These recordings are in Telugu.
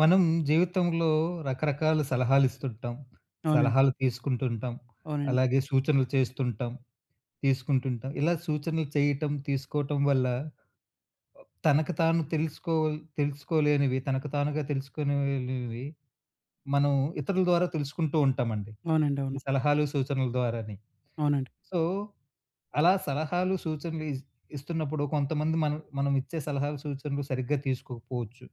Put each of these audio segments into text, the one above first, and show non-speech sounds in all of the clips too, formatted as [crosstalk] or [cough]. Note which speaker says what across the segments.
Speaker 1: మనం జీవితంలో రకరకాల సలహాలు ఇస్తుంటాం.
Speaker 2: అవునండి.
Speaker 1: సలహాలు తీసుకుంటుంటాం.
Speaker 2: అవునండి.
Speaker 1: అలాగే సూచనలు చేస్తుంటాం. తీసుకుంటుంటాం. ఇలా సూచనలు చేయటం, తీసుకోవటం వల్ల తనకు తాను తెలుసుకోలేనివి, తనకు తానుగా తెలుసుకొనేలివి మనం ఇతరుల ద్వారా తెలుసుకుంటూ ఉంటామండి.
Speaker 2: అవునండి.
Speaker 1: ఈ
Speaker 2: అవును.
Speaker 1: సలహాలు, సూచనల ద్వారానే.
Speaker 2: అవునండి.
Speaker 1: సో, అలా సలహాలు, సూచనలు ఇస్తున్నప్పుడు కొంతమంది మనం మనం ఇచ్చే సలహాలు, సూచనలు సరిగ్గా తీసుకోకపోవచ్చు.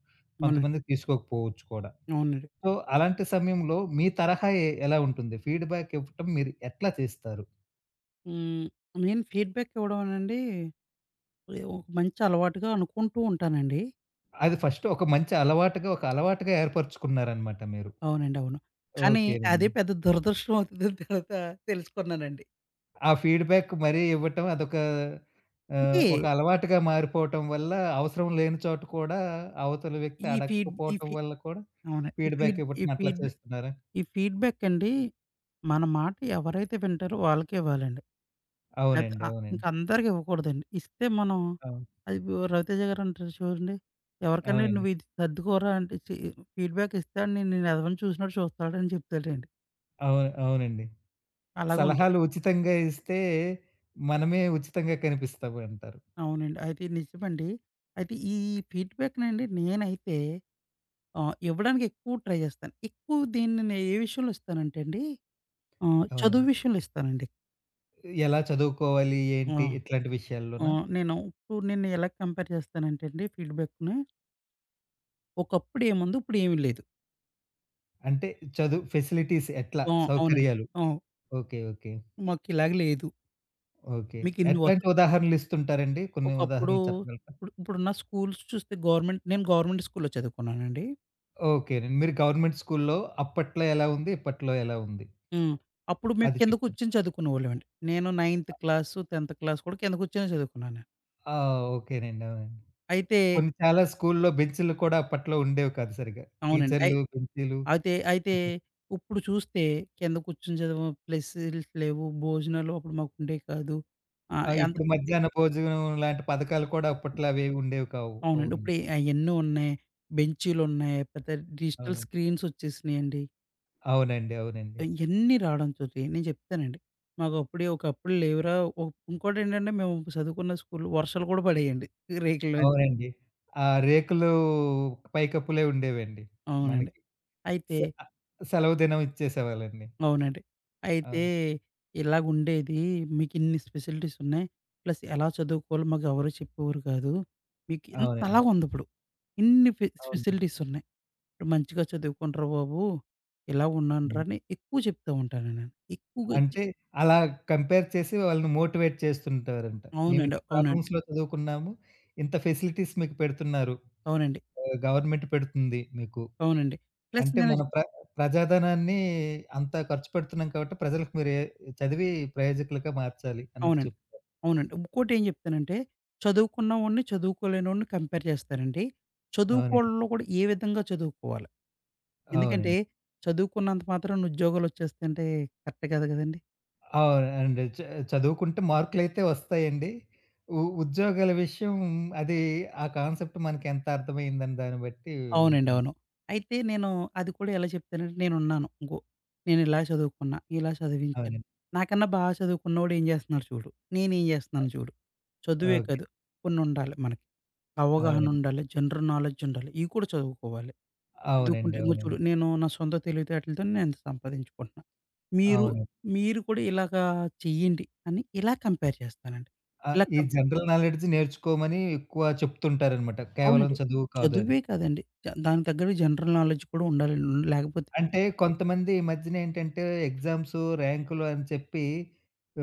Speaker 2: అవునండి.
Speaker 1: కొంతమంది తీసుకోకపోవచ్చు కూడా.
Speaker 2: అవునండి.
Speaker 1: సో, అలాంటి సమయంలో మీ తరహా ఎలా ఉంటుంది? ఫీడ్‌బ్యాక్ ఇవ్వటం మీరు ఎట్లా చేస్తారు?
Speaker 2: హ్మ్. నేను ఫీడ్‌బ్యాక్ ఇవ్వడం అనండి ఒక మంచి అలవాటుగా అనుకుంటూ ఉంటానండి.
Speaker 1: అది ఫస్ట్ ఒక మంచి అలవాటుగా, ఒక అలవాటుగా ఏర్పరుచుకున్నారనమాట మీరు.
Speaker 2: అవునండి. అవును. కానీ అదే
Speaker 1: ఓకేనండి.
Speaker 2: పెద్ద దురదృష్టం అవుతుందని తర్వాత తెలుసుకున్నానండి.
Speaker 1: ఆ ఫీడ్‌బ్యాక్ మరీ ఇవ్వటం అదొక
Speaker 2: అంటే
Speaker 1: ఒక అలవాటుగా మారిపోవటం వల్ల అవసరం లేని చోట కూడా అవతలి వ్యక్తి
Speaker 2: ఈ ఫీడ్ ఈ
Speaker 1: అడగకపోవటం
Speaker 2: ఫీ
Speaker 1: వల్ల కూడా
Speaker 2: అవును.
Speaker 1: ఫీడ్‌బ్యాక్ ఇవ్వటం అట్లా చేస్తున్నారా?
Speaker 2: ఈ ఫీడ్‌బ్యాక్ అండి మన మాట ఎవరైతే వింటారో వాళ్ళకే ఇవ్వాలండి. లేతే
Speaker 1: అవునండి.
Speaker 2: ఇంక
Speaker 1: అవునండి.
Speaker 2: అందరికి ఇవ్వకూడదండి. ఇస్తే మనం
Speaker 1: అవును.
Speaker 2: అది రవితేజ గారంటారు చూడండి. ఎవరికైనా
Speaker 1: అవునండి.
Speaker 2: "నువ్వు ఇది సర్దుకోరా" అంటే ఛీ! ఫీడ్‌బ్యాక్ ఇస్తే ఆడిని నేను ఎదవని చూసినట్టు చూస్తాడని చెప్తాడండి.
Speaker 1: అవును. అవునండి.
Speaker 2: అలాగుంటది.
Speaker 1: సలహాలు ఉచితంగా ఇస్తే మనమే ఉచితంగా కనిపిస్తాము అంటారు.
Speaker 2: అవునండి. అయితే ఇది నిజమండి. అయితే ఈ ఫీడ్‌బ్యాక్‌నండి నేనైతే ఇవ్వడానికి ఎక్కువ ట్రై చేస్తాను. ఎక్కువ దీన్ని నేను ఏ విషయంలో ఇస్తానంటే అండి చదువు
Speaker 1: అవునండి.
Speaker 2: విషయంలో ఇస్తానండి.
Speaker 1: ఎలా చదువుకోవాలి
Speaker 2: ఆ!
Speaker 1: ఏంటి ఇట్లాంటి
Speaker 2: ఆ!
Speaker 1: విషయాల్లోనా?
Speaker 2: నేను ఇప్పుడు ఎలా కంపేర్ చేస్తానంటే అండి ఫీడ్‌బ్యాక్‌ని ఒకప్పుడు ఏముంది ఇప్పుడేమి లేదు.
Speaker 1: అంటే చదువు ఫెసిలిటీస్ ఎట్లా
Speaker 2: ఆ! అవునండి.
Speaker 1: సౌకర్యాలు?
Speaker 2: ఆ!
Speaker 1: ఓకే. ఓకే.
Speaker 2: మాకిలాగ లేదు.
Speaker 1: ఓకే.
Speaker 2: మీకిన్ని వస
Speaker 1: ఎట్లాంటి ఉదాహరణలు ఇస్తుంటారండి? కొన్ని
Speaker 2: ఒకప్పుడు
Speaker 1: ఉదాహరణలు చెప్పగలరా?
Speaker 2: ఇప్పుడున్న స్కూల్స్ చూస్తే నేను గవర్నమెంట్ స్కూల్‌లో చదువుకున్నానండి.
Speaker 1: ఓకేనండి. మీరు గవర్నమెంట్ స్కూల్‌లో అప్పట్లో ఎలా ఉంది? ఇప్పట్లో ఎలా ఉంది?
Speaker 2: హ్మ్. అప్పుడు మేము
Speaker 1: అది
Speaker 2: కింద
Speaker 1: చెప్తున్నా.
Speaker 2: కూర్చొని చదువుకునేవాళ్ళమండి. నేను నైన్త్ క్లాసు, 10థ్ క్లాస్ కూడా కింద కూర్చొనే చదువుకున్నాను.
Speaker 1: ఆ! ఓకేనండి. అవునండి.
Speaker 2: అయితే
Speaker 1: కొన్ని చాలా స్కూల్‌లో బెంచులు కూడా అప్పట్లో ఉండేవి కాదు సరిగ్గా.
Speaker 2: అవునండి.
Speaker 1: టీచర్లు, బెంచీలు
Speaker 2: అయితే ఇప్పుడు చూస్తే కింద కూర్చొని చదువు ప్లేసులు లేవు. భోజనాలు అప్పుడు మాకుండేవి కాదు.
Speaker 1: ఆ!
Speaker 2: అంత
Speaker 1: ఇప్పుడు
Speaker 2: పట్టి
Speaker 1: మధ్యాహ్న భోజనం లాంటి పథకాలు కూడా అప్పట్లో అవేవి ఉండేవి కావు.
Speaker 2: అవునండి.
Speaker 1: అవును.
Speaker 2: ఇప్పుడు అయన్నీ ఉన్నాయి. బెంచీలున్నాయి. పెద్ద డిజిటల్
Speaker 1: అవునండి.
Speaker 2: స్క్రీన్స్ వచ్చేసినాయండి.
Speaker 1: అవునండి. అవునండి.
Speaker 2: ఇయన్నీ రావడంతోటి నేను చెప్తానండి. మాకప్పుడే ఒకప్పుడు లేవురా! ఒ ఇంకోటేంటంటే మేము చదువుకున్న స్కూల్‌లో వర్షాలు కూడా పడేయండి. రేకులు
Speaker 1: అవునండి. ఆ రేకులు పైకప్పులే ఉండేవండి
Speaker 2: అవునండి.
Speaker 1: మనకి. స
Speaker 2: అయితే
Speaker 1: ఆహ్, సెలవు దినం ఇచ్చేసేవాళ్ళండి.
Speaker 2: అవునండి. అయితే
Speaker 1: అవును.
Speaker 2: ఇలాగుండేది. మీకిన్ని స్పెషాలిటీస్ ఉన్నాయి. ప్లస్ ఎలా చదువుకోవాలో మాకెవరు చెప్పేవారు కాదు. మీకు ఇంత
Speaker 1: అవునండి.
Speaker 2: అలాగుందిప్పుడు. ఇన్ని
Speaker 1: అవును.
Speaker 2: స్పెషాలిటీస్ ఉన్నాయి. ఇప్పుడు మంచిగా చదువుకోండిరా బాబు! ఇలా ఉన్నానురా
Speaker 1: హ్మ్.
Speaker 2: అని ఎక్కువ చెప్తూ ఉంటాను నేను. ఎక్కువగా చె
Speaker 1: అంటే అలా కంపేర్ చేసి వాళ్ళని మోటివేట్ చేస్తుంటారంట.
Speaker 2: అవునండి.
Speaker 1: మేమిన్ని
Speaker 2: అవునండి.
Speaker 1: ప్రాబ్లమ్స్‌లో చదువుకున్నాము. ఇంత ఫెసిలిటీస్ మీకు పెడుతున్నారు.
Speaker 2: అవునండి.
Speaker 1: గవర్నమెంట్ పెడుతుంది మీకు.
Speaker 2: అవునండి. ప్లస్
Speaker 1: అంటే
Speaker 2: నేను
Speaker 1: మన ప్రజాధనాన్ని అంత ఖర్చు పెడుతున్నాం కాబట్టి ప్రజలకు మీరు ఏ చదివి ప్రయోజకులుగా మార్చాలి అన్నట్టు
Speaker 2: అవునండి.
Speaker 1: చెప్తారు.
Speaker 2: అవునండి. ఇంకోటేం జెప్తానంటే, చదువుకున్నవాడిని, చదువుకోలేనోడిని కంపేర్ చేస్తారండి.
Speaker 1: అవునండి.
Speaker 2: చదువుకోనోళ్ళు కూడా ఏ విధంగా చదువుకోవాలి. ఎందుకంటే,
Speaker 1: అవునండి.
Speaker 2: చదువుకున్నంత మాత్రాన ఉద్యోగాలొచ్చేస్తాయంటే కరెక్ట్ కాదు గదండీ!
Speaker 1: అవునండి. చదువుకుంటే మార్కులైతే వస్తాయండి. ఉద్యోగాల విషయం అది ఆ కాన్సెప్ట్ మనకెంత అర్థమైందని దాన్ని బట్టి
Speaker 2: అవునండి.
Speaker 1: ఉంటుంది.
Speaker 2: అవును. అయితే నేను అది కూడా ఎలా చెప్తానంటే, నేనున్నాను. నేనిలా చదువుకున్నా, ఇలా చదివించారు.
Speaker 1: అవునండి.
Speaker 2: నాకన్నా చదువుకున్నోడు ఏం జేస్తున్నాడు చూడు, నేనేం జేస్తున్నాను చూడు. చదువే
Speaker 1: ఓకే.
Speaker 2: కాదు, కొన్నుండాలి మనకి.
Speaker 1: అవునండి.
Speaker 2: అవగాహనుండాలి, జనరల్ నాలెడ్జ్ ఉండాలి. ఇయి కూడా చదువుకోవాలి.
Speaker 1: అవునండి.
Speaker 2: చదువుకుంటే ఇంగో చూడు
Speaker 1: అవునండి.
Speaker 2: నేను నా సొంత తెలివితేటలతో నేను ఇంత సంపాదించుకుంటున్నా. మీరు,
Speaker 1: అవును.
Speaker 2: మీరు కూడా ఇలాగా చెయ్యండి అని ఇలా కంపేర్ చేస్తానండి. ఇలా
Speaker 1: ఈ
Speaker 2: కం
Speaker 1: జనరల్ నాలెడ్జ్ నేర్చుకోమని ఎక్కువ చెప్తుంటారనమాట. కేవలం
Speaker 2: అవునండి.
Speaker 1: చదువు కాదు అని.
Speaker 2: చదువే కాదండి. దానికి తగ్గట్టు జనరల్ నాలెడ్జ్ కూడా ఉండాలండి. లేకపోతే
Speaker 1: అంటే కొంతమంది ఈ మధ్యన ఏంటంటే ఎగ్జామ్స్, ర్యాంకులు అని చెప్పి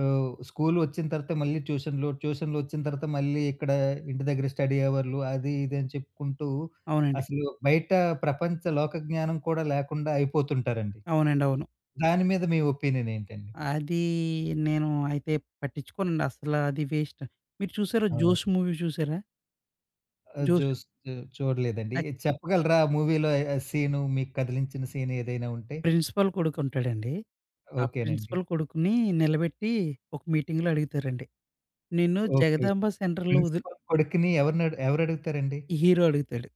Speaker 1: స్కూల్ వచ్చిన తర్వాత మళ్ళీ ట్యూషన్‌లు, ట్యూషన్‌లు వచ్చిన తర్వాత మళ్ళీ ఇక్కడ ఇంటి దగ్గర స్టడీ అవర్‌లు అది ఇది అని చెప్పుకుంటూ
Speaker 2: అవునండి.
Speaker 1: అసలు బయట ప్రపంచ లోక జ్ఞానం కూడా లేకుండా అయిపోతుంటారండి.
Speaker 2: అవునండి. అవును.
Speaker 1: దాని మీద మీ ఒపీనియన్ ఏంటండి?
Speaker 2: అది నేను అయితే పట్టించుకోనండి. అసల అది వేస్ట్. మీరు చూసారా
Speaker 1: అవును.
Speaker 2: 'జోష్' మూవీ చూసారా? 'జోష్'
Speaker 1: జూస్ చూడలేదండి.
Speaker 2: యాక్
Speaker 1: చెప్పగలరా ఆ మూవీలో ఆ సీను మీకు కదిలించిన సీన్ ఏదైనా ఉంటే?
Speaker 2: ప్రిన్సిపల్ కొడుకుంటాడండి. ఆ
Speaker 1: ఓకేనండి.
Speaker 2: ప్రిన్సిపల్ కొడుకుని నిలబెట్టి ఒక మీటింగ్‌లో అడుగుతారండి. నిన్ను
Speaker 1: ఓకే. ఓకే.
Speaker 2: జగదాంబ సెంటర్‌లో వదిలి
Speaker 1: ప్రిన్సిపల్ కొడుకుని ఎవరిని ఎవరు అడుగుతారండి?
Speaker 2: ఈ హీరో అడుగుతాడు.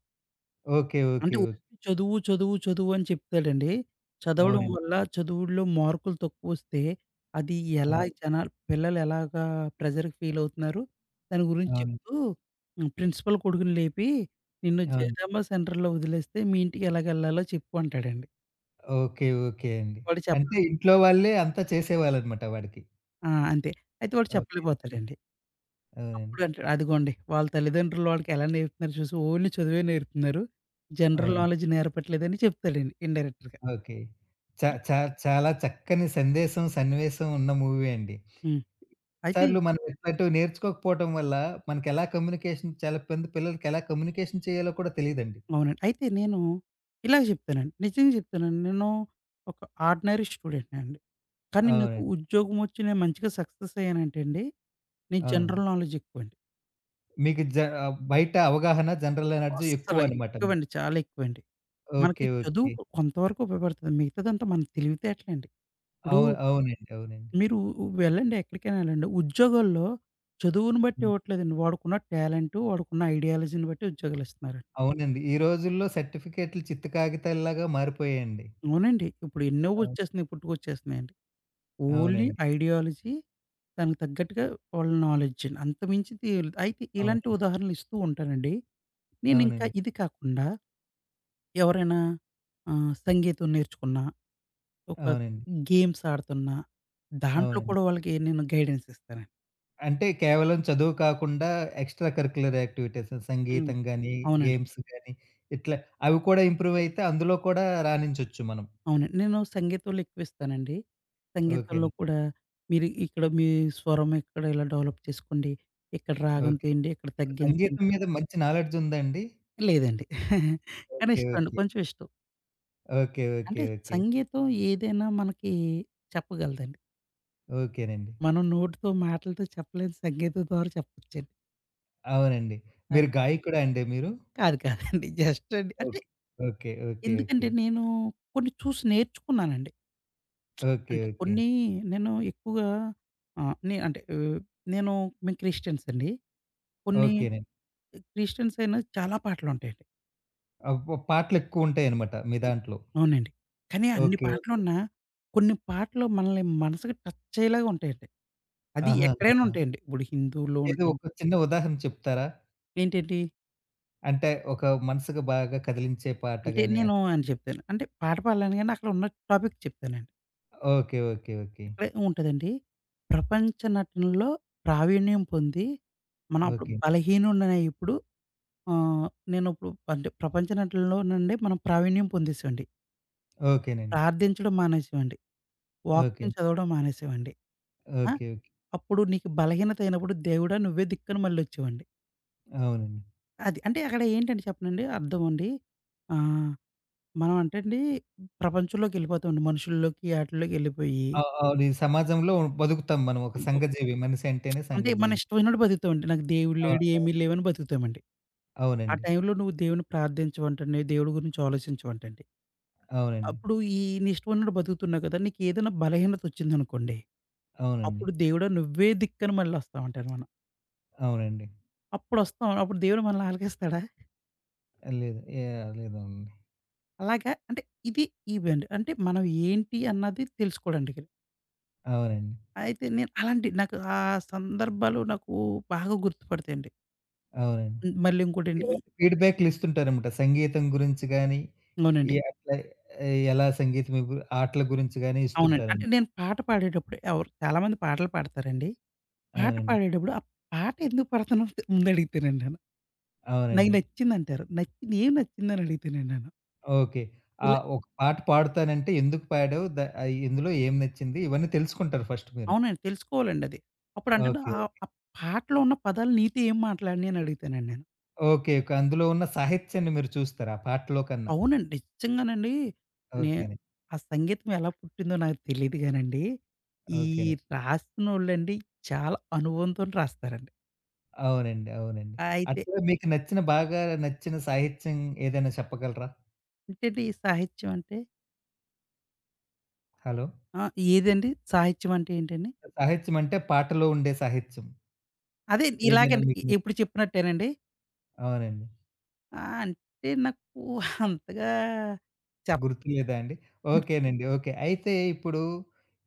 Speaker 1: ఓకే.
Speaker 2: అంటే
Speaker 1: ఓకే. ఓకే.
Speaker 2: ఊరికే చదువు, చదువు, చదువు అని చెప్తాడండి. చదవడం
Speaker 1: అవునండి.
Speaker 2: వల్ల చదువుల్లో మార్కులు తక్కువొస్తే అది ఎలా
Speaker 1: అవును.
Speaker 2: పిల్లలు ఎలాగా ప్రెషర్‌కి ఫీలవుతున్నారు? దాని గురించి
Speaker 1: అవును.
Speaker 2: చెప్తూ హ్మ్. ప్రిన్సిపల్ కొడుకుని లేపి, "నిన్ను
Speaker 1: అవును.
Speaker 2: జయరామ సెంటర్‌లో వదిలేస్తే మీ ఇంటికి ఎలాగెళ్ళాలో చెప్పు" అంటాడండి.
Speaker 1: ఓకే. ఓకే అండి.
Speaker 2: వాడు చెప్ప
Speaker 1: అంటే ఇంట్లో వాళ్ళే అంతా చేసేవాళ్ళనమాట వాడికి.
Speaker 2: ఆ! అంతే. అయితే వాడు
Speaker 1: ఓకే.
Speaker 2: చెప్పలేకపోతాడండి.
Speaker 1: అవునండి.
Speaker 2: అప్పుడు అంటాడు, "అదిగోండి వాళ్ళ తల్లిదండ్రులు వాడికి ఎలా నేర్పుతున్నారు చూసి ఓన్లీ చదువే నేర్పుతున్నారు. జనరల్
Speaker 1: అవునండి.
Speaker 2: నాలెడ్జ్ నేర్పట్లేదని" చెప్తాడండి ఇండైరెక్ట్‌గా.
Speaker 1: ఓకే. చ చ చాలా చక్కని సందేశం, సన్నివేశం ఉన్న మూవీ అండి.
Speaker 2: హ్మ్. అయితే
Speaker 1: సార్లు మనం ఇట్లాంటివి నేర్చుకోకపోవటం వల్ల మనకెలా కమ్యూనికేషన్ చాలా మంది పిల్లలకెలా కమ్యూనికేషన్ చేయాలో కూడా తెలీదండి.
Speaker 2: అవునండి. అయితే నేను ఇలాగ చెప్తానండి. నిజంగా చెప్తానండి. నేను ఒక ఆర్డినరీ స్టూడెంట్‌ని అండి. కానీ నాకు
Speaker 1: అవునండి.
Speaker 2: ఉద్యోగం వచ్చి నేను మంచిగా సక్సెస్ అయ్యానంటే అండి, నేను
Speaker 1: అవును.
Speaker 2: జనరల్ నాలెడ్జ్ ఎక్కువండి.
Speaker 1: మీకు బయట అవగాహన జనరల్ నాలెడ్జ్
Speaker 2: అస్సలు
Speaker 1: ఎక్కువనమాట మీకు.
Speaker 2: ఎక్కువండి. చాలా ఎక్కువండి. మనకి
Speaker 1: ఓకే.
Speaker 2: చదువు
Speaker 1: ఓకే.
Speaker 2: కొంతవరకు ఉపయోగపడుతుంది. మిగతాదంతా మన తెలివితేటలండి. ఇప్పుడు
Speaker 1: అవును. అవునండి. అవునండి.
Speaker 2: మీరు వెళ్ళండి ఎక్కడికైనా వెళ్ళండి. ఉద్యోగాల్లో చదువుని బట్టి ఇవ్వట్లేదండి. వాడుకున్న టాలెంటు, వాడుకున్న ఐడియాలజీని బట్టి ఉద్యోగాలిస్తున్నారండి.
Speaker 1: అవునండి. ఈ రోజుల్లో సర్టిఫికేట్లు చిత్త కాగితాల్లాగా మారిపోయాయండి.
Speaker 2: అవునండి. ఇప్పుడు ఎన్నో
Speaker 1: అవును.
Speaker 2: వచ్చేస్తున్నాయి పుట్టుకొచ్చేస్తున్నాయండి. ఓన్లీ
Speaker 1: అవునండి.
Speaker 2: ఐడియాలజీ, దానికి తగ్గట్టుగా వాళ్ళ నాలెడ్జండి. అంతకుమించింది ఏం లేదు. అయితే ఇలాంటి
Speaker 1: అవునండి.
Speaker 2: ఉదాహరణలు ఇస్తూ ఉంటానండి. నేనింకా
Speaker 1: అవునండి.
Speaker 2: ఇది కాకుండా ఎవరైనా సంగీతం నేర్చుకున్నా, ఒక
Speaker 1: అవునండి.
Speaker 2: గేమ్స్ ఆడుతున్నా, దాంట్లో
Speaker 1: అవునండి.
Speaker 2: కూడా వాళ్ళకి నేను గైడెన్స్ ఇస్తానండి.
Speaker 1: అంటే కేవలం చదువు కాకుండా ఎక్స్‌ట్రా కరిక్యులర్ యాక్టివిటీస్
Speaker 2: హ్మ్.
Speaker 1: సంగీతం గాని,
Speaker 2: అవునండి.
Speaker 1: గేమ్స్ గాని ఇట్లా అవి కూడా ఇంప్రూవ్ అయితే అందులో కూడా రాణించొచ్చు మనం.
Speaker 2: అవునండి. నేను సంగీతంలో ఎక్కువిస్తానండి. సంగీతంలో
Speaker 1: ఓకేనండి.
Speaker 2: కూడా మీరు ఇక్కడ మీ స్వరం ఇక్కడ ఇలా డెవలప్ చేసుకోండి. ఇక్కడ రాగం
Speaker 1: ఓకే.
Speaker 2: తీయండి, ఇక్కడ
Speaker 1: మీకు
Speaker 2: తగ్గించండి.
Speaker 1: సంగీతం మీద మంచి నాలెడ్జ్ ఉందండి?
Speaker 2: లేదండి. [laughs] కానీ
Speaker 1: ఓకే.
Speaker 2: ఇష్టమండి.
Speaker 1: ఓకే.
Speaker 2: కొంచెం ఇష్టం.
Speaker 1: ఓకే.
Speaker 2: అంటే
Speaker 1: ఓకే. ఓకే.
Speaker 2: సంగీతం ఏదైనా మనకి చెప్పగలదండి.
Speaker 1: ఓకేనండి.
Speaker 2: మనం నోటితో మాటలతో చెప్పలేని సంగీతం ద్వారా చెప్పొచ్చండి.
Speaker 1: అవునండి.
Speaker 2: అది
Speaker 1: మీరు గాయకుడా అండి మీరు?
Speaker 2: కాదు కాదండి. జస్ట్ అండి అంటే
Speaker 1: ఓకే. ఓకే. ఓకే. ఓకే.
Speaker 2: ఎందుకంటే నేను కొన్ని చూసి నేర్చుకున్నానండి.
Speaker 1: ఓకే.
Speaker 2: అంటే
Speaker 1: ఓకే.
Speaker 2: కొన్ని నేను ఎక్కువగా ఆహ్, నే అంటే ఆహ్, నేను మేము క్రిస్టియన్స్ అండి. కొన్ని
Speaker 1: ఓకేనండి.
Speaker 2: క్రిస్టియన్స్ అయినా చాలా పాటలుంటాయండి.
Speaker 1: అబ్బో! పాటలెక్కువుంటాయనమాట మీ దాంట్లో.
Speaker 2: అవునండి. కానీ అన్ని
Speaker 1: ఓకే. ఓకే.
Speaker 2: పాటలున్నా కొన్ని పాటలు మనల్ని మనసుకి టచ్ అయ్యేలాగా ఉంటాయండి. అది ఎక్కడైనా
Speaker 1: ఆహాహాహా!
Speaker 2: ఉంటాయండి. ఇప్పుడు హిందువుల్లో
Speaker 1: ఏదో
Speaker 2: ఉంటాయి.
Speaker 1: ఒక చిన్న ఉదాహరణ చెప్తారా?
Speaker 2: ఏంటండి?
Speaker 1: అంటే ఒక మనసుకు బాగా కదిలించే పాట
Speaker 2: అంటే
Speaker 1: గాని
Speaker 2: నేను
Speaker 1: అట్లా.
Speaker 2: అని చెప్తాను. అంటే పాట పాడలేను గానీ అక్కడ ఉన్న టాపిక్ చెప్తానండి.
Speaker 1: ఓకే. ఓకే. ఓకే.
Speaker 2: అక్కడే ఉంటదండి. ప్రపంచ నటనలో ప్రావీణ్యం పొంది మనం అప్పుడు
Speaker 1: ఓకే.
Speaker 2: బలహీనుడినైనప్పుడు ఆహ్, నేను ఇప్పుడు అంటే ప్రపంచ నటనలో నుండి మనం ప్రావీణ్యం పొందేసామండి.
Speaker 1: ఓకేనండి.
Speaker 2: ప్రార్థించడం మానేసామండి.
Speaker 1: ఓకే.
Speaker 2: వాక్యం చదవడం మానేసామండి.
Speaker 1: ఓకే.
Speaker 2: ఆ!
Speaker 1: ఓకే.
Speaker 2: అప్పుడు నీకు బలహీనత అయినప్పుడు దేవుడా! నువ్వే దిక్కని మళ్ళొచ్చావండి.
Speaker 1: అవునండి.
Speaker 2: అది. అంటే అక్కడ ఏంటంటే చెప్పనండి అర్థమండి. ఆహ్, మనం అంటే అండి ప్రపంచంలోకెళ్ళిపోతామండి. మనుషుల్లోకి ఆటిల్లోకి ఎళ్ళిపోయి
Speaker 1: అ అవును. ఈ సమాజంలో బతుకుతాం మనం. ఒక సంఘజీవి. మనిషి అంటేనే
Speaker 2: అంటే మన
Speaker 1: సంఘజీవి.
Speaker 2: ఇష్టమైనట్టు బతుకుతామండి. నాకు దేవుడు
Speaker 1: ఆ!
Speaker 2: లేడు,
Speaker 1: అవును.
Speaker 2: ఏమీ లేవని బతుకుతామండి. ఆ
Speaker 1: అవునండి.
Speaker 2: టైంలో నువ్వు దేవుడిని ప్రార్థించవంటండి, దేవుడి గురించి ఆలోచించవంటండి.
Speaker 1: అవునండి.
Speaker 2: అప్పుడు ఈ నీ ఇష్టమైనట్టు బతుకుతున్నావు కదా! నీకేదైనా బలహీనత వచ్చిందనుకోండి,
Speaker 1: అవునండి.
Speaker 2: అప్పుడు దేవుడా నువ్వే దిక్కని మళ్ళొస్తామంటారు మనం.
Speaker 1: అవునండి.
Speaker 2: అప్పుడొస్తాం. అప్పుడు దేవుడు మనల్ని ఆలకిస్తాడా?
Speaker 1: లేదు. యాహ్! లేదండి.
Speaker 2: అలాగా అంటే ఇది ఇవండి. అంటే మనం ఏంటి అన్నది తెలుసుకోవడానికిని.
Speaker 1: అవునండి.
Speaker 2: అయితే నేను అలాంటి నాకు ఆ సందర్భాలు నాకు బాగా గుర్తుపడతాయండి.
Speaker 1: అవునండి.
Speaker 2: మళ్ళీ ఇంకోటండి
Speaker 1: ఫీడ్‌బ్యాక్‌లు ఇస్తుంటారన్నమాట. సంగీతం గురించి గాని,
Speaker 2: అవునండి.
Speaker 1: ఈ అట్లా ఎలా సంగీతం ఇవ్వు ఆటల గురించి గాని
Speaker 2: అవునండి. అంటే
Speaker 1: ఇస్తుంటారండి.
Speaker 2: నేను పాట పాడేటప్పుడు ఎవరు చాలామంది పాటలు పాడతారండి. హ్మ్. పాట
Speaker 1: అవునండి.
Speaker 2: పాడేటప్పుడు ఆ పాట ఎందుకు పాడుతున్నావు ముందడుగుతానండి నేను. నాకు
Speaker 1: అవునండి.
Speaker 2: నచ్చిందంటారు. నచ్చింది ఏం నచ్చిందని అడుగుతానండి నేను.
Speaker 1: ఓకే. ఆ!
Speaker 2: ఇలా
Speaker 1: ఒక పాట పాడుతానంటే ఎందుకు పాడావు? ఇందులో ఏం నచ్చింది? ఇవన్నీ తెలుసుకుంటారు ఫస్ట్ మీరు.
Speaker 2: అవునండి. తెలుసుకోవాలండి అది. అప్పుడంటాను
Speaker 1: ఓకే.
Speaker 2: ఆహ్, ఆ ఆ పాటలో ఉన్న పదాలు నీతో ఏం మాట్లాడినయి అని అడుగుతానండి నేను.
Speaker 1: ఓకే. ఓకే. అందులో ఉన్న సాహిత్యాన్ని మీరు చూస్తారు ఆ పాటలో కన్నా.
Speaker 2: అవునండి. నిజంగానండి. నే
Speaker 1: ఓకేనండి.
Speaker 2: ఆ సంగీతం ఎలా పుట్టిందో నాకు తెలీదు గానండి. ఈ
Speaker 1: ఓకేనండి.
Speaker 2: రాస్తున్నోళ్ళండి చాలా అనుభవంతోని రాస్తారండి.
Speaker 1: అవునండి. అవునండి.
Speaker 2: అయితే
Speaker 1: అట్లా మీకు నచ్చిన బాగా నచ్చిన సాహిత్యం ఏదైనా చెప్పగలరా?
Speaker 2: ఏంటంటే ఈ సాహిత్యం అంటే
Speaker 1: హలో!
Speaker 2: ఆ! ఏదండి? సాహిత్యం అంటే ఏంటండి?
Speaker 1: సాహిత్యం అంటే పాటలో ఉండే సాహిత్యం.
Speaker 2: అదే
Speaker 1: ఏదైనా
Speaker 2: ఇలాగండి
Speaker 1: మీకు
Speaker 2: ఇప్పుడు చెప్పినట్టేనండి.
Speaker 1: అవునండి.
Speaker 2: ఆ! అంటే నాకు అంతగా చెప్
Speaker 1: గుర్తులేదా అండి? ఓకేనండి. ఓకే. అయితే ఇప్పుడు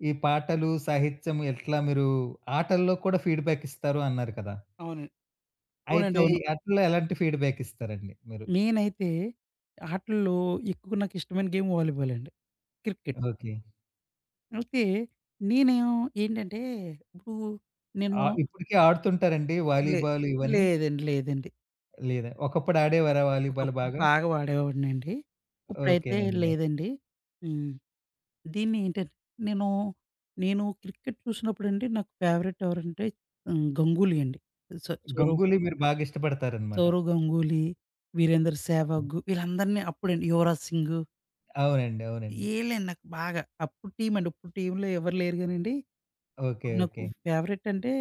Speaker 1: ఈ పాటలు, సాహిత్యం ఎట్లా మీరు ఆటల్లో కూడా ఫీడ్‌బ్యాక్ ఇస్తారు అన్నారు కదా!
Speaker 2: అవునండి. అవునండి.
Speaker 1: అయితే
Speaker 2: అవును.
Speaker 1: ఈ ఆటల్లో ఎలాంటి ఫీడ్‌బ్యాక్ ఇస్తారండి మీరు?
Speaker 2: నేనైతే ఆటిల్లో ఎక్కువ నాకు ఇష్టమైన గేమ్ వాలీబాల్ అండి. క్రికెట్.
Speaker 1: ఓకే.
Speaker 2: అయితే నేనేం ఏంటంటే ఇప్పుడు నేను
Speaker 1: ఇప్పటికి ఆడుతుంటారండి
Speaker 2: లే
Speaker 1: వాలీబాల్ ఇవన్నీ?
Speaker 2: లేదండి. లేదండి.
Speaker 1: లేదా? ఒకప్పుడు ఆడేవారా వాలీబాల్
Speaker 2: ఒకప్పుడు
Speaker 1: బాగా?
Speaker 2: బాగా వాడేవాడినండి. ఇప్పుడైతే
Speaker 1: ఓకేనండి.
Speaker 2: లేదండి. హ్మ్. దీన్ని ఏంటంటే నేను, నేను క్రికెట్ చూసినప్పుడండి నాకు ఫేవరెట్ ఎవరంటే హ్మ్, గంగూలీ అండి. సౌరవ్,
Speaker 1: గంగూలీ మీరు బాగా ఇష్టపడతారనమాట.
Speaker 2: సౌరవ్ గంగూలీ, వీరేందర్
Speaker 1: అవును.
Speaker 2: సెహ్వాగ్ వీళ్ళందరిని అప్పుడండి యువరాజ్ సింగ్
Speaker 1: అవునండి. అవునండి.
Speaker 2: ఈళ్ళండి నాకు బాగా. అప్పుడు టీమ్ అండి. ఇప్పుడు టీమ్‌లో ఎవరు లేరు గానండి.
Speaker 1: ఓకే.
Speaker 2: అప్పుడు నాకు
Speaker 1: ఓకే.
Speaker 2: ఫేవరెట్ అంటే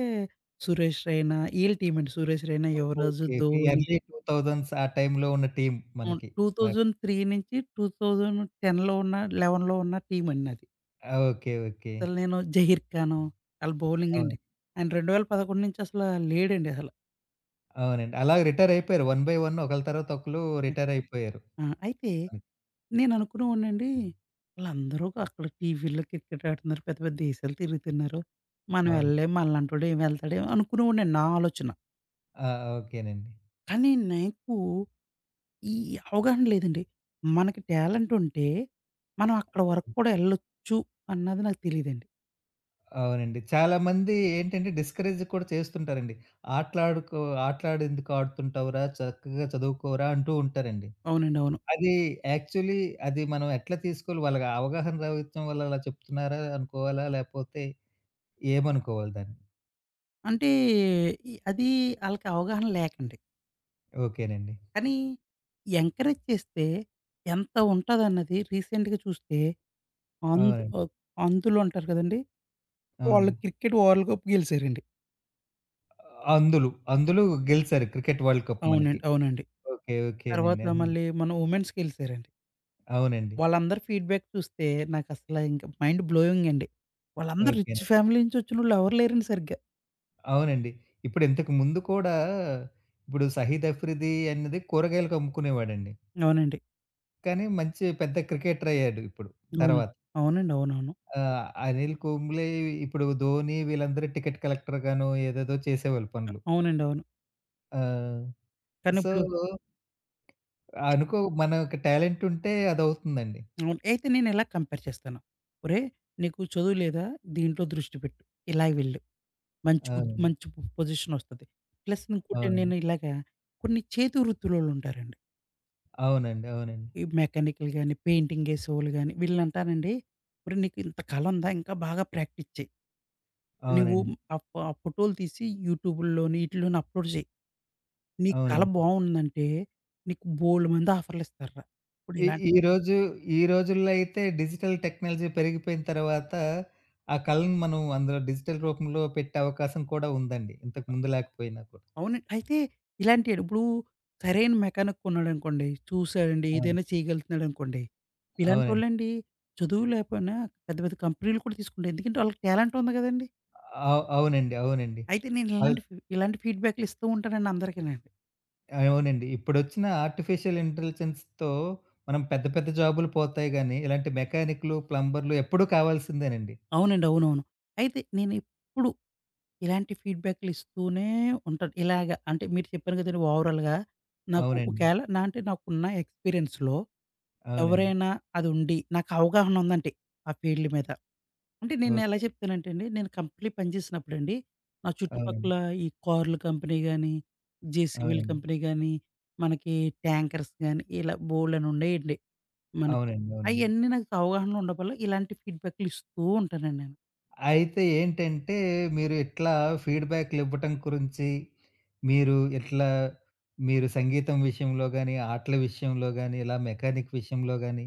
Speaker 2: సురేష్ రైనా ఈళ్ళ టీమ్ అండి. Suresh Raina, Yuvraj,
Speaker 1: okay. Okay.
Speaker 2: Dhoni
Speaker 1: early 2000స్ ఆ టైంలో ఉన్న టీమ్
Speaker 2: అవును.
Speaker 1: మనకి. బాగా
Speaker 2: 2003 నుంచి 2010లో ఉన్న, 11లో ఉన్న టీమండి నాది.
Speaker 1: ఓకే. ఓకే.
Speaker 2: అసలు నేను 'జహీర్ ఖాను' ఆళ్ళ బౌలింగ్ అండి.
Speaker 1: అవును.
Speaker 2: ఆయన 2011 నుంచి అసల లేడండి అసల.
Speaker 1: అవునండి. అలా రిటైర్ అయిపోయారు. వన్ బై వన్ ఒకళ్ళ తర్వాత ఒకళ్ళు
Speaker 2: హ్మ్.
Speaker 1: రిటైర్ అయిపోయారు.
Speaker 2: ఆ! అయితే
Speaker 1: హ్మ్.
Speaker 2: నేననుకునేవాడినండి, "ఆళ్ళందరూ అక్కడ టీవీల్లో క్రికెట్ ఆడుతున్నారు. పెద్ద పెద్ద దేశాలు తిరుగుతున్నారు. మనం
Speaker 1: అవును.
Speaker 2: ఎళ్ళలేం. మనలాంటోడు ఏం వెళ్తాడేమో" అనుకునేవాడినండి నా ఆలోచన.
Speaker 1: ఆ! ఓకేనండి.
Speaker 2: కానీ నాకు ఈ అవగాహన లేదండి. మనకి టాలెంట్ ఉంటే, మనం అక్కడ వరకు కూడా ఎళ్ళొచ్చు అన్నది నాకు తెలీదండి.
Speaker 1: అవునండి. చాలామంది ఏంటంటే డిస్కరేజ్ కూడా చేస్తుంటారండి. "ఆటలాడుకో ఆటలాడెందుకు ఆడుతుంటావురా? చక్కగా చదువుకోరా" అంటూ ఉంటారండి.
Speaker 2: అవునండి. అవును.
Speaker 1: అది యాక్చువల్లీ అది మనం ఎట్లా తీసుకోవాలి? వాళ్ళకి అవగాహన రావచ్చం వల్ల అలా చెప్తున్నారా అనుకోవాలా? లేపోతే ఏమనుకోవాలి దాన్ని?
Speaker 2: అంటే అది ఆళ్ళకి అవగాహన లేకండి.
Speaker 1: ఓకేనండి.
Speaker 2: కానీ ఎంకరేజ్ చేస్తే ఎంత ఉంటదన్నది రీసెంట్‌గా చూస్తే అంధ్
Speaker 1: అవునండి.
Speaker 2: ఆహ్, అంధులు ఉంటారు కదండీ! వాళ్ళు
Speaker 1: అవునండి.
Speaker 2: క్రికెట్ వరల్డ్ కప్ గెలిసారండి.
Speaker 1: అందులు, అందులో గెలిచారు క్రికెట్ వరల్డ్ కప్
Speaker 2: అవునండి.
Speaker 1: మనకి.
Speaker 2: అవునండి.
Speaker 1: ఓకే.
Speaker 2: తర్వాత
Speaker 1: ఓకేనండి.
Speaker 2: మళ్ళీ మన ఉమెన్స్ గెలిసారండి.
Speaker 1: అవునండి.
Speaker 2: వాళ్ళందరి ఫీడ్‌బ్యాక్ చూస్తే నాకసల ఇంక మైండ్ బ్లోయింగ్ అండి. వాళ్ళందరూ రిచ్
Speaker 1: ఓకేనండి.
Speaker 2: ఫ్యామిలీ నుంచొచ్చినోళ్ళు ఎవరు లేరండి సరిగ్గా.
Speaker 1: అవునండి. ఇప్పుడు ఇంతకు ముందు కూడా ఇప్పుడు సహీద్ అఫ్రిది అనేది కూరగాయలకు అమ్ముకునేవాడండి.
Speaker 2: అవునండి.
Speaker 1: కానీ మంచి పెద్ద క్రికెటర్ అయ్యాడు ఇప్పుడు
Speaker 2: అవును.
Speaker 1: తర్వాత.
Speaker 2: అవునండి. అవునవును.
Speaker 1: అనిల్ కుంబ్లే ఇప్పుడు ధోని వీళ్ళందరూ టికెట్ కలెక్టర్‌గాను ఏదేదో చేసేవాళ్ళు పనులు.
Speaker 2: అవునండి. అవును.
Speaker 1: ఆ! సో,
Speaker 2: కానిప్పుడు
Speaker 1: అనుకో మనకు టాలెంట్ ఉంటే అదవుతుందండి.
Speaker 2: అవును. అయితే నేనెలా కంపేర్ చేస్తాను. ఒరేయ్! నీకు చదువు లేదా? దీంట్లో దృష్టి పెట్టు. ఇలా వెళ్ళు. మంచి
Speaker 1: అవును.
Speaker 2: మంచి పొజిషనొస్తది. ప్లస్ ఇంకోటి
Speaker 1: అవునండి.
Speaker 2: నేను ఇలాగా కొన్ని చేతి వృత్తులోళ్ళుంటారండి.
Speaker 1: అవునండి. అవునండి.
Speaker 2: ఈ మెకానిక్‌లు గాని, పెయింటింగ్ ఏసేవాళ్ళు గాని, వీళ్ళనంటానండి, "ఒరేయ్! నీకు ఇంత కళ ఉందా? ఇంకా బాగా ప్రాక్టీస్ చెయి. నువ్వు
Speaker 1: అవునండి.
Speaker 2: ఆ ఫోటోలు తీసి యూట్యూబుల్లోని, ఈటిల్లోని అప్‌లోడ్ చెయి. నీ కళ
Speaker 1: అవునండి.
Speaker 2: బావుందంటే, నీకు బోలెడు మంది ఆఫర్‌లిస్తార్రా."
Speaker 1: ఈ
Speaker 2: ఇప్పుడిలా
Speaker 1: ఈ రోజు ఈ రోజుల్లో అయితే డిజిటల్ టెక్నాలజీ పెరిగిపోయిన తర్వాత, ఆ కళను మనం అందులో డిజిటల్ రూపంలో పెట్టే అవకాశం కూడా ఉందండి. ఇంతకు ముందు లేకపోయినా కూడా.
Speaker 2: అవునండి. అయితే ఇలాంటియి ఇప్పుడు సరైన మెకానిక్ కొన్నాడనుకోండి, చూసాడండి,
Speaker 1: అవును.
Speaker 2: ఏదైనా చేయగలుగుతున్నాడనుకోండి,
Speaker 1: అవునండి.
Speaker 2: ఇలాంటోళ్ళండి చదువు లేకపోయినా పెద్ద పెద్ద కంపెనీలు కూడా తీసుకుంటారు. ఎందుకంటే వాళ్ళకి టాలెంట్ ఉంది గదండీ!
Speaker 1: అవునండి. అవునండి.
Speaker 2: అయితే నేను
Speaker 1: వాళ్
Speaker 2: ఇలాంటి ఫీడ్‌బ్యాక్‌లు ఇస్తూ ఉంటానండి అందరికీనండి.
Speaker 1: అవునండి. ఇప్పుడొచ్చిన ఆర్టిఫిషియల్ ఇంటెలిజెన్స్‌తో మనం పెద్ద పెద్ద జాబులు పోతాయి గానీ, ఇలాంటి మెకానిక్‌లు, ప్లంబర్‌లు ఎప్పుడూ కావాల్సిందేనండి.
Speaker 2: అవునండి. అవునవును. అయితే నేనెప్పుడు ఇలాంటి ఫీడ్‌బ్యాక్‌లు ఇస్తూనే ఉంటాను. ఇలాగ అంటే మీరు చెప్పాను గదండీ ఓవరాల్‌గా నాకు
Speaker 1: అవునండి.
Speaker 2: ఒకేళ నా అంటే నాకున్న ఎక్స్‌పీరియన్స్‌లో
Speaker 1: అవునండి.
Speaker 2: ఎవరైనా అది ఉండి నాకు అవగాహన ఉందంటే ఆ ఫీల్డ్ మీద అంటే నేను ఎలా
Speaker 1: ఓకే.
Speaker 2: చెప్తానంటే అండి, నేను కంపెనీలో పనిచేసినప్పుడండి, నా
Speaker 1: అవునండి.
Speaker 2: చుట్టుపక్కల ఈ కార్ల కంపెనీ గాని, జేసీబీల
Speaker 1: అవునండి.
Speaker 2: కంపెనీ గాని, మనకి ట్యాంకర్స్ గాని, ఇలా బోలెడన్ని ఉండేయండి మనకి.
Speaker 1: అవునండి. అవునండి.
Speaker 2: అయన్నీ నాకు అవగాహనలో ఉండడం వల్ల ఇలాంటి ఫీడ్‌బ్యాక్‌లు ఇస్తూ ఉంటానండి నేను.
Speaker 1: అయితే ఏంటంటే, మీరు ఇట్లా ఫీడ్‌బ్యాక్‌లివ్వటం గురించి, మీరు ఇట్లా మీరు సంగీతం విషయంలో గాని, ఆటల విషయంలో గాని, ఇలా మెకానిక్ విషయంలో గాని,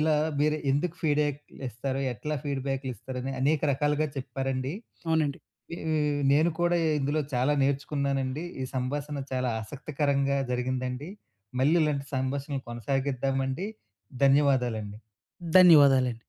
Speaker 1: ఇలా మీరు ఎందుకు ఫీడ్‌బ్యాక్‌లిస్తారు, ఎట్లా ఫీడ్‌బ్యాక్‌లిస్తారని అనేక రకాలుగా చెప్పారండి.
Speaker 2: అవునండి.
Speaker 1: ఈ నేను కూడా ఇందులో చాలా నేర్చుకున్నానండి. ఈ సంభాషణ చాలా ఆసక్తికరంగా జరిగిందండి. మళ్ళీ ఇలాంటి సంభాషణలు కొనసాగిద్దామండి. ధన్యవాదాలండి.
Speaker 2: ధన్యవాదాలండి.